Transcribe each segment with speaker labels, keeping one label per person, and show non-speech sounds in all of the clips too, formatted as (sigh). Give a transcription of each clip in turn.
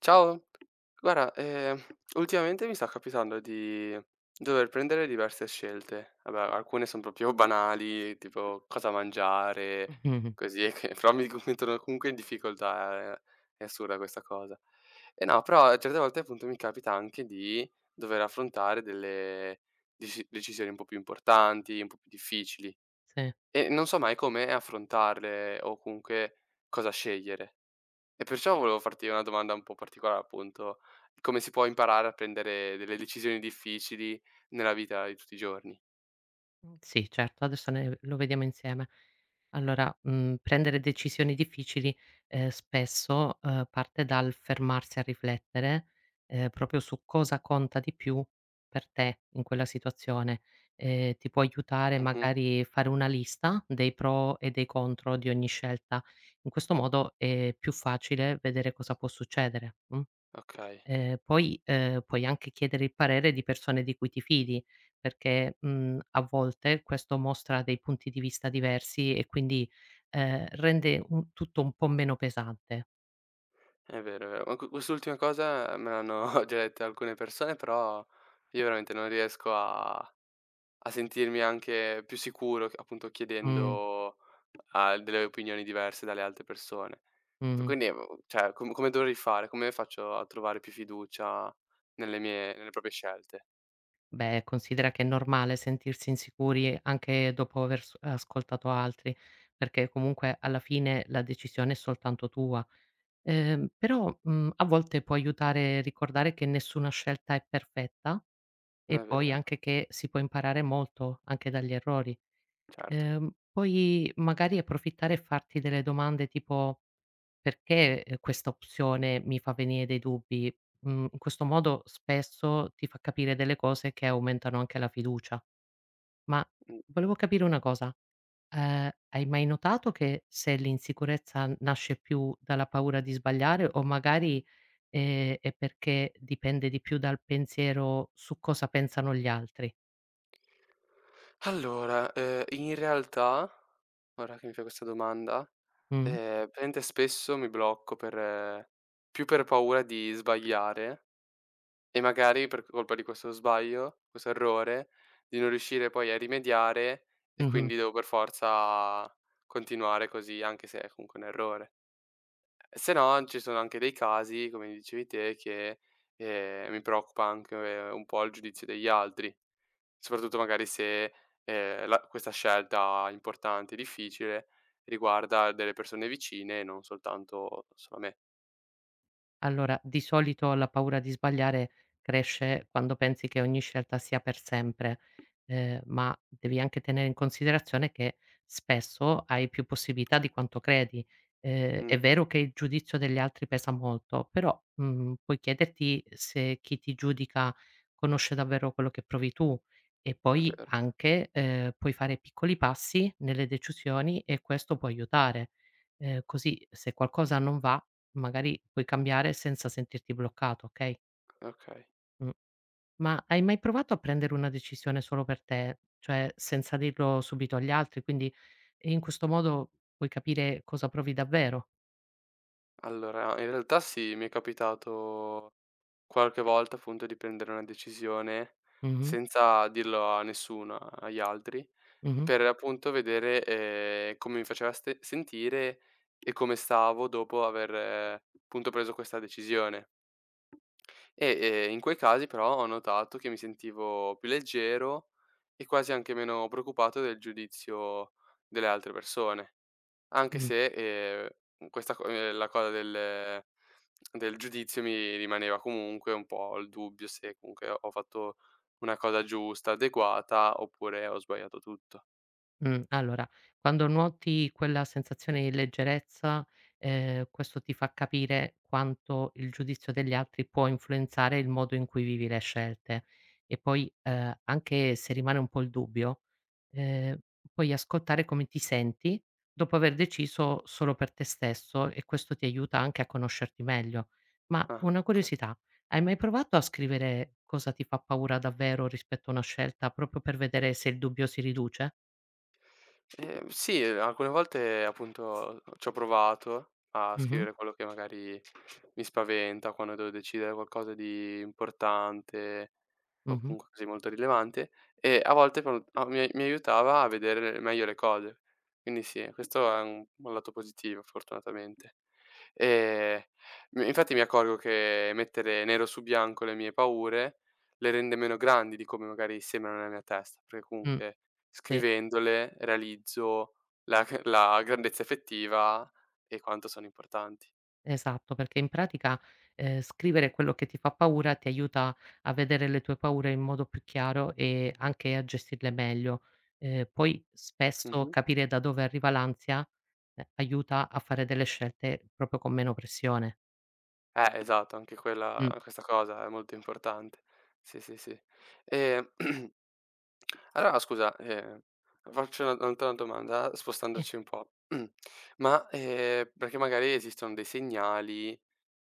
Speaker 1: Ciao, guarda, ultimamente mi sta capitando di dover prendere diverse scelte. Vabbè, alcune son proprio banali, tipo cosa mangiare,
Speaker 2: Mh-mh.
Speaker 1: così (laughs) e che però mi (laughs) co mettono comunque in difficoltà, è assurda questa cosa. E no, però certe volte appunto mi capita anche di dover affrontare delle decisioni un po' più importanti, un po' più difficili
Speaker 2: Sì.
Speaker 1: e non so mai come affrontarle o comunque cosa scegliere. E perciò volevo farti una domanda un po' particolare, appunto. Come si può imparare a prendere delle decisioni difficili nella vita di tutti i giorni?
Speaker 2: Mhmm, sì, certo, adesso ne lo vediamo insieme. Allora, prendere decisioni difficili, spesso, parte dal fermarsi a riflettere, proprio su cosa conta di più per te in quella situazione. Ti può aiutare
Speaker 1: Mh-mh.
Speaker 2: magari fare una lista dei pro e dei contro di ogni scelta. In questo modo è più facile vedere cosa può succedere, mh?
Speaker 1: Okay,
Speaker 2: Poi, puoi anche chiedere il parere di persone di cui ti fidi, perché, a volte questo mostra dei punti di vista diversi e quindi, rende un tutto un po' meno pesante.
Speaker 1: è vero, è vero. Ma quest'ultima cosa me l'hanno (laughs) già detta alcune persone, però io veramente non riesco a sentirmi anche più sicuro, appunto,
Speaker 2: Mh,
Speaker 1: chiedendo a delle opinioni diverse dalle altre persone.
Speaker 2: mh.
Speaker 1: Quindi, cioè, come dovrei fare? Come faccio a trovare più fiducia nelle proprie scelte?
Speaker 2: Beh, considera che è normale sentirsi insicuri anche dopo aver s ascoltato altri, perché comunque alla fine la decisione è soltanto tua. Però, a volte può aiutare a ricordare che nessuna scelta è perfetta e
Speaker 1: Non è
Speaker 2: poi
Speaker 1: vero?
Speaker 2: anche che si può imparare molto anche dagli errori.
Speaker 1: Certo.
Speaker 2: Puoi magari approfittare e farti delle domande tipo: "Perché, questa opzione mi fa venire dei dubbi?" In questo modo spesso ti fa capire delle cose che aumentano anche la fiducia. Ma
Speaker 1: Mh.
Speaker 2: volevo capire una cosa: hai mai notato che se l'insicurezza nasce più dalla paura di sbagliare o magari, è perché dipende di più dal pensiero su cosa pensano gli altri?
Speaker 1: Allora, in realtà, ora che mi fai questa domanda,
Speaker 2: Mh.
Speaker 1: praticamente spesso mi blocco per più per paura di sbagliare e magari per colpa di questo sbaglio, questo errore, di non riuscire poi a rimediare e
Speaker 2: Mh-mh.
Speaker 1: quindi devo per forza continuare così, anche se è comunque un errore. Se no ci sono anche dei casi, come dicevi te, che, mi preoccupa anche un po' il giudizio degli altri. Soprattutto magari se, la questa scelta importante e difficile riguarda delle persone vicine e non soltanto solo me.
Speaker 2: Allora, di solito la paura di sbagliare cresce quando pensi che ogni scelta sia per sempre, ma devi anche tenere in considerazione che spesso hai più possibilità di quanto credi.
Speaker 1: Mh,
Speaker 2: È vero che il giudizio degli altri pesa molto, però, puoi chiederti se chi ti giudica conosce davvero quello che provi tu e
Speaker 1: è
Speaker 2: poi
Speaker 1: vero,
Speaker 2: anche, puoi fare piccoli passi nelle decisioni e questo può aiutare. Così se qualcosa non va magari puoi cambiare senza sentirti bloccato, okay,
Speaker 1: okay.
Speaker 2: mh. Ma hai mai provato a prendere una decisione solo per te, cioè senza dirlo subito agli altri? Quindi in questo modo puoi capire cosa provi davvero.
Speaker 1: Allora, in realtà sì, mi è capitato qualche volta appunto di prendere una decisione
Speaker 2: Mh-mh,
Speaker 1: senza dirlo a nessuno, agli altri,
Speaker 2: mh-mh,
Speaker 1: per appunto vedere, come mi faceva ste sentire e come stavo dopo aver appunto preso questa decisione. E, in quei casi però ho notato che mi sentivo più leggero e quasi anche meno preoccupato del giudizio delle altre persone, anche
Speaker 2: mh.
Speaker 1: se, questa co la cosa del giudizio mi rimaneva comunque un po' il dubbio se comunque ho fatto una cosa giusta, adeguata, oppure ho sbagliato tutto.
Speaker 2: Allora, quando noti quella sensazione di leggerezza, questo ti fa capire quanto il giudizio degli altri può influenzare il modo in cui vivi le scelte. E poi, anche se rimane un po' il dubbio, ehm, puoi ascoltare come ti senti dopo aver deciso solo per te stesso e questo ti aiuta anche a conoscerti meglio. Ma
Speaker 1: Ah,
Speaker 2: una
Speaker 1: oka
Speaker 2: curiosità, hai mai provato a scrivere cosa ti fa paura davvero rispetto a una scelta, proprio per vedere se il dubbio si riduce?
Speaker 1: Sì, alcune volte appunto c'ho provato a
Speaker 2: Mh-mh,
Speaker 1: scrivere quello che magari mi spaventa quando devo decidere qualcosa di importante o
Speaker 2: mh-mh,
Speaker 1: comunque così molto rilevante, e a volte pro a mi mi aiutava a vedere meglio le cose. Quindi sì, questo è un lato positivo fortunatamente. Ehm, mi infatti mi accorgo che mettere nero su bianco le mie paure le rende meno grandi di come magari sembrano nella mia testa, perché
Speaker 2: mh,
Speaker 1: comunque
Speaker 2: sì,
Speaker 1: scrivendole realizzo la (laughs) g la grandezza effettiva e quanto sono importanti.
Speaker 2: esatto, perché in pratica, scrivere quello che ti fa paura ti aiuta a vedere le tue paure in modo più chiaro e anche a gestirle meglio. Poi spesso
Speaker 1: Mh-mh.
Speaker 2: capire da dove arriva l'ansia, aiuta a fare delle scelte proprio con meno pressione.
Speaker 1: Esatto, anche
Speaker 2: Mh,
Speaker 1: quella questa cosa è molto importante. Sì, sì, sì. Ehm, (clears throat) allora scusa, faccio una un'altra domanda
Speaker 2: sì.
Speaker 1: spostandoci un po'. (clears throat) Ma, perché magari esistono dei segnali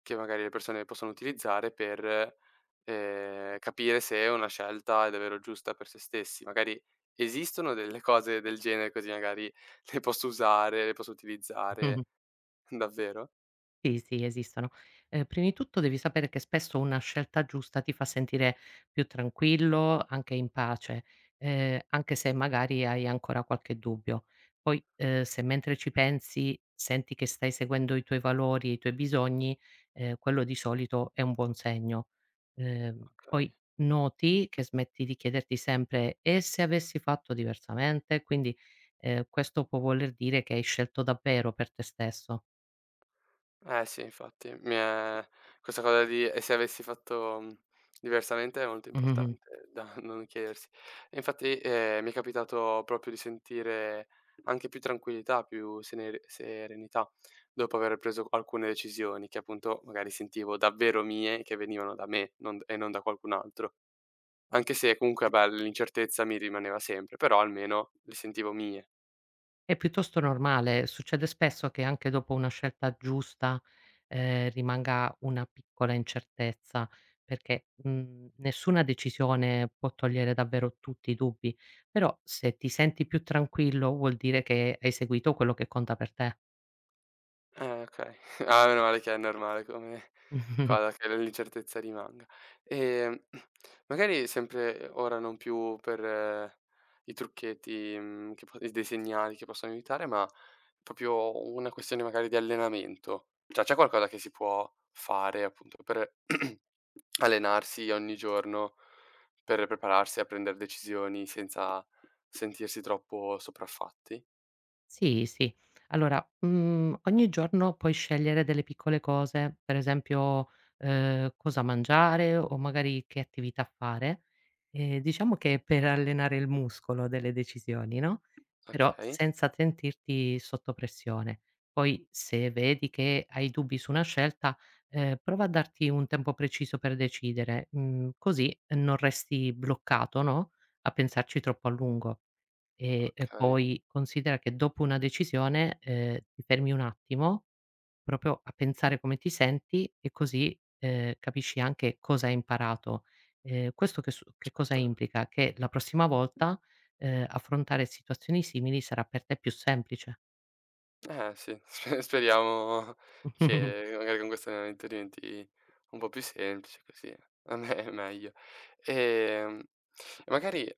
Speaker 1: che magari le persone possono utilizzare per, capire se è una scelta è davvero giusta per se stessi. Magari esistono delle cose del genere così magari le posso utilizzare
Speaker 2: (laughs)
Speaker 1: (laughs) davvero?
Speaker 2: Sì, sì, esistono. Prima di tutto devi sapere che spesso una scelta giusta ti fa sentire più tranquillo, anche in pace, anche se magari hai ancora qualche dubbio. Poi, se mentre ci pensi senti che stai seguendo i tuoi valori e i tuoi bisogni, quello di solito è un buon segno.
Speaker 1: Okay.
Speaker 2: Poi noti che smetti di chiederti sempre: "E se avessi fatto diversamente?" Quindi, questo può voler dire che hai scelto davvero per te stesso.
Speaker 1: Eh sì, infatti, mi è questa cosa di: "E se avessi fatto, diversamente?" È molto
Speaker 2: (laughs)
Speaker 1: importante da (laughs) non chiedersi. E infatti, mi è capitato proprio di sentire anche più tranquillità, più senere serenità dopo aver preso alcune decisioni che appunto magari sentivo davvero mie, che venivano da me, non d e non da qualcun altro. Anche se comunque, beh, l'incertezza mi rimaneva sempre, però almeno le sentivo mie.
Speaker 2: È piuttosto normale, succede spesso che anche dopo una scelta giusta, rimanga una piccola incertezza, perché, nessuna decisione può togliere davvero tutti i dubbi, però se ti senti più tranquillo vuol dire che hai seguito quello che conta per te.
Speaker 1: Okay. (laughs) Ah, meno male che è normale come
Speaker 2: (laughs)
Speaker 1: cosa, che l'incertezza rimanga. Ehm, (clears throat) magari sempre ora non più per i trucchetti, che po dei segnali che possono aiutare, ma proprio una questione magari di allenamento. Cioè, c'è qualcosa che si può fare appunto per (clears throat) allenarsi ogni giorno, per prepararsi a prendere decisioni senza sentirsi troppo sopraffatti?
Speaker 2: Sì, sì. Allora, ogni giorno puoi scegliere delle piccole cose, per esempio, cosa mangiare o magari che attività fare. Diciamo che per allenare il muscolo delle decisioni, no, però
Speaker 1: Okay,
Speaker 2: senza sentirti sotto pressione. Poi se vedi che hai dubbi su una scelta, prova a darti un tempo preciso per decidere, così non resti bloccato, no, a pensarci troppo a lungo. E
Speaker 1: okay,
Speaker 2: poi considera che dopo una decisione, ti fermi un attimo, proprio a pensare come ti senti e così, capisci anche cosa hai imparato. Questo che su che cosa
Speaker 1: certo.
Speaker 2: implica? Che la prossima volta, affrontare situazioni simili sarà per te più semplice.
Speaker 1: Eh sì, speriamo
Speaker 2: (laughs)
Speaker 1: che magari con questo allenamento diventi un po' più semplice, così a me è meglio. Ehm, e magari,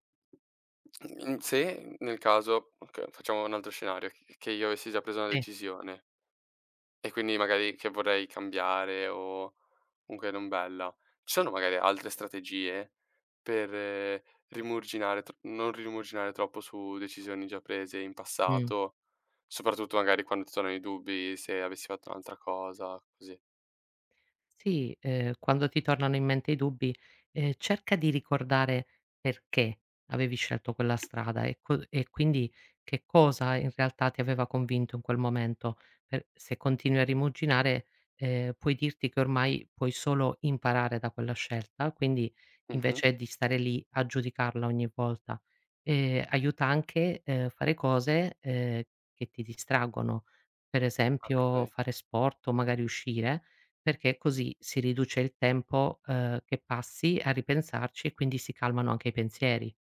Speaker 1: mhmm, se nel caso okay, facciamo un altro scenario, che io avessi già preso una
Speaker 2: Sì,
Speaker 1: decisione e quindi magari che vorrei cambiare o comunque non bella, ci sono magari altre strategie per rimurginare tr non rimurginare troppo su decisioni già prese in
Speaker 2: mh.
Speaker 1: passato? Soprattutto magari quando ti tornano i dubbi se avessi fatto un'altra cosa, così.
Speaker 2: Sì, quando ti tornano in mente i dubbi, cerca di ricordare perché avevi scelto quella strada e quindi che cosa in realtà ti aveva convinto in quel momento. Per se continui a rimuginare, puoi dirti che ormai puoi solo imparare da quella scelta, quindi
Speaker 1: Mh-mh.
Speaker 2: invece di stare lì a giudicarla ogni volta. Aiuta anche, fare cose, che ti distraggono, per esempio
Speaker 1: Okay,
Speaker 2: fare sport o magari uscire, perché così si riduce il tempo, che passi a ripensarci e quindi si calmano anche i pensieri.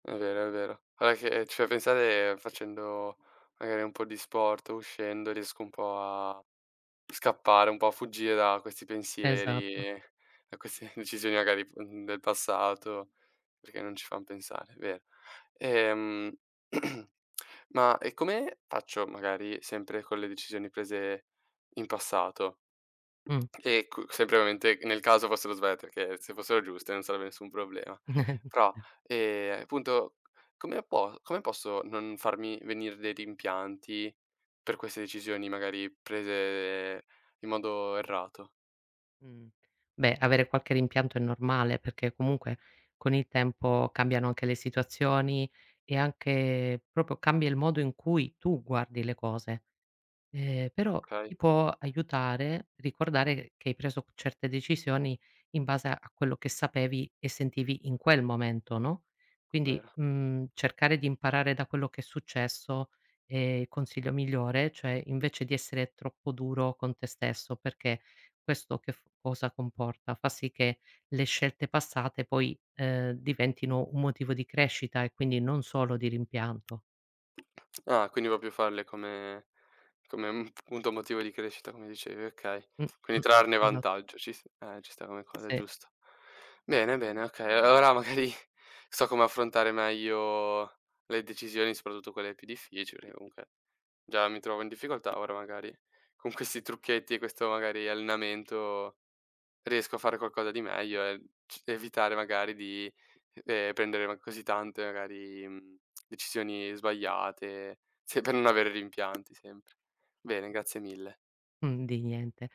Speaker 1: è vero, è vero. Guarda che ci fai pensare facendo magari un po' di sport, uscendo, riesco un po' a scappare, un po' a fuggire da questi pensieri,
Speaker 2: Esatto.
Speaker 1: da queste (laughs) decisioni magari, del passato, perché non ci fan pensare, è vero. Ehm, (clears throat) come faccio magari sempre con le decisioni prese in passato?
Speaker 2: Mh.
Speaker 1: E cu sempre ovviamente nel caso fossero sbagliate, perché se fossero giuste non sarebbe nessun problema.
Speaker 2: Mh. (laughs)
Speaker 1: Però, appunto come posso non farmi venire dei rimpianti per queste decisioni magari prese in modo errato?
Speaker 2: Beh, avere qualche rimpianto è normale, perché comunque con il tempo cambiano anche le situazioni e anche proprio cambia il modo in cui tu guardi le cose. Però
Speaker 1: Okay,
Speaker 2: ti può aiutare ricordare che hai preso certe decisioni in base a quello che sapevi e sentivi in quel momento, no, quindi,
Speaker 1: vero.
Speaker 2: cercare di imparare da quello che è successo è il consiglio migliore, cioè invece di essere troppo duro con te stesso, perché questo che f cosa comporta? Fa sì che le scelte passate poi, diventino un motivo di crescita e quindi non solo di rimpianto.
Speaker 1: Ah, quindi proprio farle come un punto motivo di crescita, come dicevi, okay.
Speaker 2: Mh,
Speaker 1: Quindi
Speaker 2: mh,
Speaker 1: trarne
Speaker 2: esatto,
Speaker 1: vantaggio, ci sta come cosa, è
Speaker 2: sì,
Speaker 1: giusto. Bene, bene, okay. Allora magari (laughs) so come affrontare meglio le decisioni, soprattutto quelle più difficili, perché comunque già mi trovo in difficoltà, ora magari con questi trucchetti e questo magari allenamento riesco a fare qualcosa di meglio e c evitare magari di, prendere ma così tante magari, decisioni sbagliate, se per non avere rimpianti sempre. Bene, grazie mille.
Speaker 2: di niente.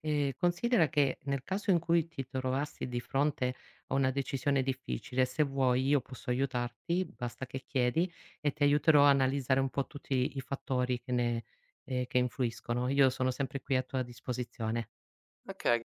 Speaker 2: Considera che nel caso in cui ti trovassi di fronte a una decisione difficile, se vuoi io posso aiutarti, basta che chiedi e ti aiuterò a analizzare un po' tutti i fattori che ne che influiscono. Io sono sempre qui a tua disposizione.
Speaker 1: Okay.